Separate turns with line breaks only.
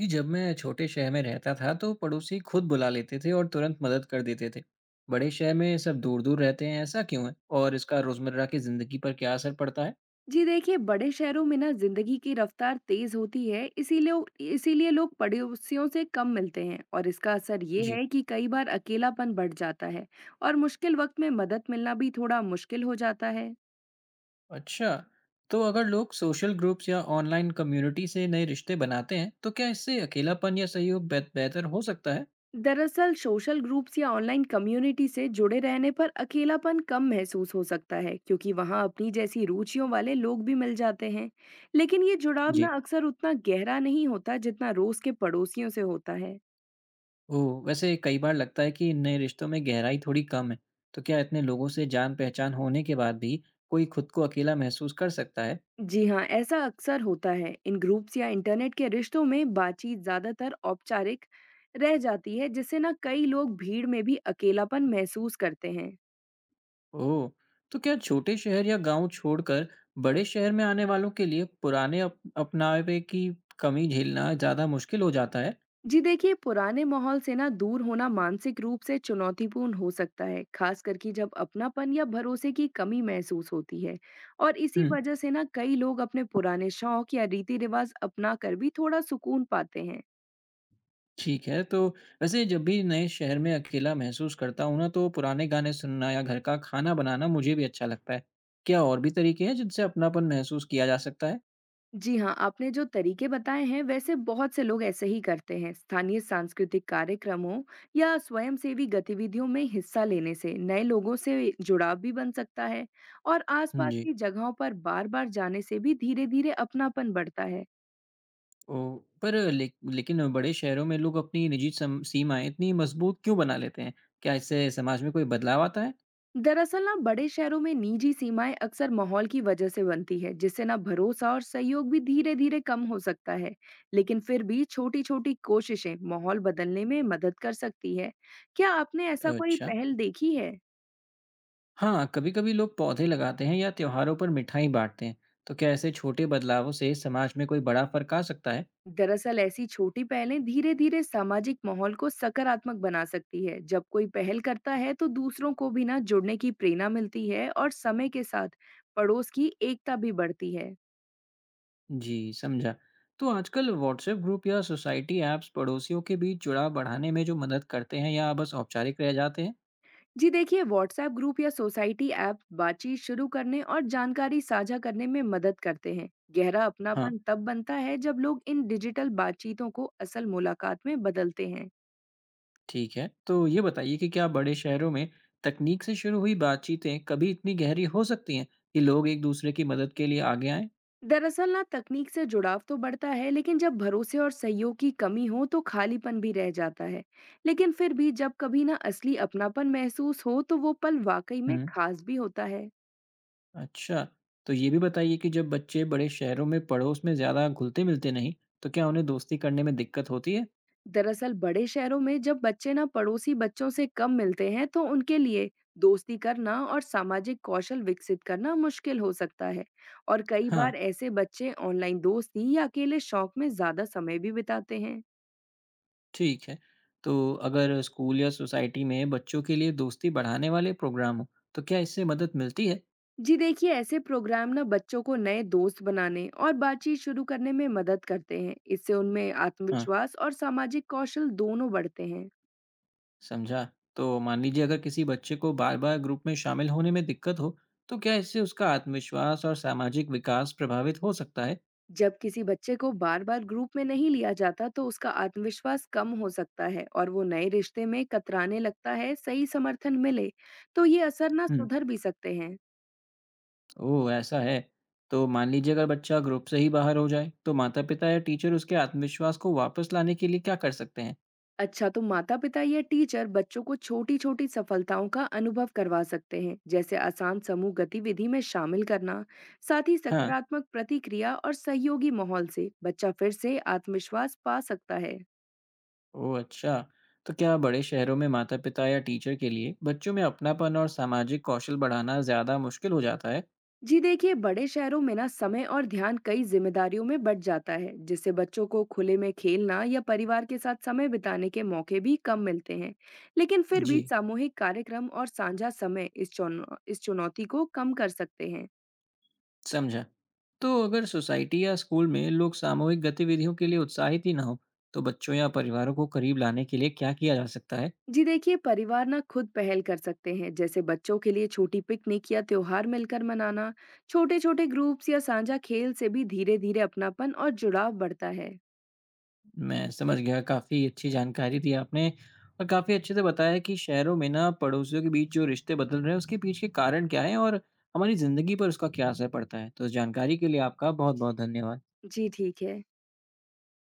जी, जब मैं छोटे शहर में रहता था तो पड़ोसी खुद बुला लेते थे और तुरंत मदद कर देते थे। बड़े शहर में सब दूर-दूर रहते हैं, ऐसा क्यों है? और इसका रोज़मर्रा की ज़िंदगी पर क्या असर पड़ता है?
जी देखिए, बड़े शहरों में ना जिंदगी की रफ्तार तेज होती है, इसीलिए इसीलिए लोग पड़ोसियों से कम मिलते हैं और इसका असर ये
जी।
है कि कई बार अकेलापन बढ़ जाता है। और मुश्किल वक्त में मदद मिलना भी थोड़ा मुश्किल हो जाता है।
अच्छा, तो अगर लोग सोशल ग्रुप्स या ऑनलाइन कम्युनिटी से नए रिश्ते बनाते हैं, तो क्या इससे अकेलापन या सहयोग बेहतर हो सकता है?
दरअसल सोशल ग्रुप्स या ऑनलाइन कम्युनिटी से जुड़े रहने पर अकेलापन कम महसूस हो सकता है, क्योंकि वहाँ अपनी जैसी रुचियों वाले लोग भी मिल जाते हैं। लेकिन ये जुड़ाव
जी।
ना अक्सर उतना गहरा नहीं होता जितना रोज के पड़ोसियों से होता है।
ओह! वैसे कई बार लगता है कि नए रिश्तों में गहराई थोड़ी कम है। तो क्या इतने लोगों से जान-पहचान होने के बाद भी कोई खुद को अकेला महसूस कर सकता है?
जी हाँ, ऐसा अक्सर होता है। इन ग्रुप्स या इंटरनेट के रिश्तों में बातचीत ज्यादातर औपचारिक रह जाती है, जिससे ना कई लोग भीड़ में भी अकेलापन महसूस करते हैं।
ओह! तो क्या छोटे शहर या गाँव छोड़कर बड़े शहर में आने वालों के लिए पुराने अप अपनावे की कमी झेलना ज़्यादा मुश्किल हो जाता है?
जी देखिए, पुराने माहौल से ना दूर होना मानसिक रूप से चुनौतीपूर्ण हो सकता है, खास करके जब अपनापन या भरोसे की कमी महसूस होती है। और इसी
हुँ,
वजह से ना कई लोग अपने पुराने शौक या रीति रिवाज अपना कर भी थोड़ा सुकून पाते हैं।
ठीक है। तो वैसे जब भी नए शहर में अकेला महसूस करता हूँ ना, तो पुराने गाने सुनना या घर का खाना बनाना मुझे भी अच्छा लगता है। क्या और भी तरीके हैं जिनसे अपनापन महसूस किया जा सकता है?
जी हाँ, आपने जो तरीके बताए हैं वैसे बहुत से लोग ऐसे ही करते हैं। स्थानीय सांस्कृतिक कार्यक्रमों या स्वयंसेवी गतिविधियों में हिस्सा लेने से नए लोगों से जुड़ाव भी बन सकता है। और
हुँ,
आसपास
जी।
की जगहों पर बार-बार जाने से भी धीरे-धीरे अपनापन बढ़ता है।
ओह! पर ले लेकिन बड़े शहरों में लोग अपनी निजी सम सीमाएँ इतनी मज़बूत क्यों बना लेते हैं? क्या इससे समाज में कोई बदलाव आता है?
दरअसल ना बड़े शहरों में निजी सीमाएं अक्सर माहौल की वजह से बनती है, जिससे ना भरोसा और सहयोग भी धीरे धीरे कम हो सकता है। लेकिन फिर भी छोटी छोटी कोशिशें माहौल बदलने में मदद कर सकती है। क्या आपने ऐसा कोई
अच्छा।
पहल देखी है?
हाँ, कभी-कभी लोग पौधे लगाते हैं या त्योहारों पर मिठाई बांटते हैं। तो क्या ऐसे छोटे बदलावों से समाज में कोई बड़ा फर्क आ सकता है?
दरअसल ऐसी छोटी पहलें धीरे धीरे सामाजिक माहौल को सकारात्मक बना सकती है। जब कोई पहल करता है तो दूसरों को भी ना जुड़ने की प्रेरणा मिलती है, और समय के साथ पड़ोस की एकता भी बढ़ती है।
जी, समझा। तो आजकल व्हाट्सएप ग्रुप या सोसाइटी ऐप्स पड़ोसियों के बीच जुड़ाव बढ़ाने में जो मदद करते हैं या बस औपचारिक रह जाते हैं?
जी देखिए, व्हाट्सएप ग्रुप या सोसाइटी ऐप बातचीत शुरू करने और जानकारी साझा करने में मदद करते हैं। गहरा
हाँ,
अपनापन तब बनता है जब लोग इन डिजिटल बातचीतों को असल मुलाकात में बदलते हैं।
ठीक है। तो ये बताइए कि क्या बड़े शहरों में तकनीक से शुरू हुई बातचीतें कभी इतनी गहरी हो सकती हैं कि लोग एक दूसरे की मदद के लिए आगे आएं?
दरअसल ना तकनीक से जुड़ाव तो बढ़ता है, लेकिन जब भरोसे और सहयोग की कमी हो तो खालीपन भी रह जाता है। लेकिन फिर भी जब कभी ना असली अपनापन महसूस हो तो वो पल वाकई में
हुँ।
खास भी होता है।
अच्छा, तो ये भी बताइए कि जब बच्चे बड़े शहरों में पड़ोस में ज़्यादा घुलते-मिलते नहीं, तो क्या उन्हें दोस्ती करने में दिक्कत होती है?
दरअसल बड़े शहरों में जब बच्चे ना पड़ोसी बच्चों से कम मिलते हैं, तो उनके लिए दोस्ती करना और सामाजिक कौशल विकसित करना मुश्किल हो सकता है। और कई
हाँ,
बार ऐसे बच्चे ऑनलाइन दोस्ती या अकेले शौक में ज्यादा समय भी बिताते हैं।
ठीक है। तो अगर स्कूल या सोसाइटी में बच्चों के लिए दोस्ती बढ़ाने वाले प्रोग्राम हो, तो क्या इससे मदद मिलती है?
जी देखिए, ऐसे प्रोग्राम ना बच्चों को नए दोस्त बनाने और बातचीत शुरू करने में मदद करते हैं। इससे उनमें
हाँ,
आत्मविश्वास और सामाजिक कौशल दोनों बढ़ते हैं।
समझा। तो मान लीजिए अगर किसी बच्चे को बार-बार ग्रुप में शामिल होने में दिक्कत हो, तो क्या इससे उसका आत्मविश्वास और सामाजिक विकास प्रभावित हो सकता है?
जब किसी बच्चे को बार-बार ग्रुप में नहीं लिया जाता तो उसका आत्मविश्वास कम हो सकता है और वो नए रिश्ते में कतराने लगता है। सही समर्थन मिले तो ये असर ना
हुँ।
सुधर भी सकते हैं।
ओह! ऐसा है। तो मान लीजिए अगर बच्चा ग्रुप से ही बाहर हो जाए, तो माता-पिता या टीचर उसके आत्मविश्वास को वापस लाने के लिए क्या कर सकते हैं?
अच्छा, तो माता-पिता या टीचर बच्चों को छोटी-छोटी सफलताओं का अनुभव करवा सकते हैं, जैसे आसान समूह गतिविधि में शामिल करना। साथ ही
हाँ,
सकारात्मक प्रतिक्रिया और सहयोगी माहौल से बच्चा फिर से आत्मविश्वास पा सकता है।
ओह अच्छा। तो क्या बड़े शहरों में माता-पिता या टीचर के लिए बच्चों में अपनापन और सामाजिक कौशल बढ़ाना ज़्यादा मुश्किल हो जाता है?
जी देखिए, बड़े शहरों में ना समय और ध्यान कई जिम्मेदारियों में बट जाता है, जिससे बच्चों को खुले में खेलना या परिवार के साथ समय बिताने के मौके भी कम मिलते हैं। लेकिन फिर भी
जी,
सामूहिक कार्यक्रम और साझा समय इस चुनौ इस चुनौती को कम कर सकते हैं।
समझा। तो अगर सोसाइटी या स्कूल में लोग सामूहिक गतिविधियों के लिए उत्साहित ही ना हों, तो बच्चों या परिवारों को करीब लाने के लिए क्या किया जा सकता है?
जी देखिए, परिवार ना खुद पहल कर सकते हैं, जैसे बच्चों के लिए छोटी पिकनिक या त्योहार मिलकर मनाना। छोटे छोटे ग्रुप्स या साझा खेल से भी धीरे धीरे अपनापन और जुड़ाव बढ़ता है।
मैं समझ गया, काफ़ी अच्छी जानकारी दी आपने और काफ़ी अच्छे से बताया कि शहरों में ना पड़ोसियों के बीच जो रिश्ते बदल रहे हैं, उसके पीछे के कारण क्या हैं और हमारी ज़िंदगी पर उसका क्या असर पड़ता है। तो इस जानकारी के लिए आपका बहुत-बहुत धन्यवाद।
जी ठीक है।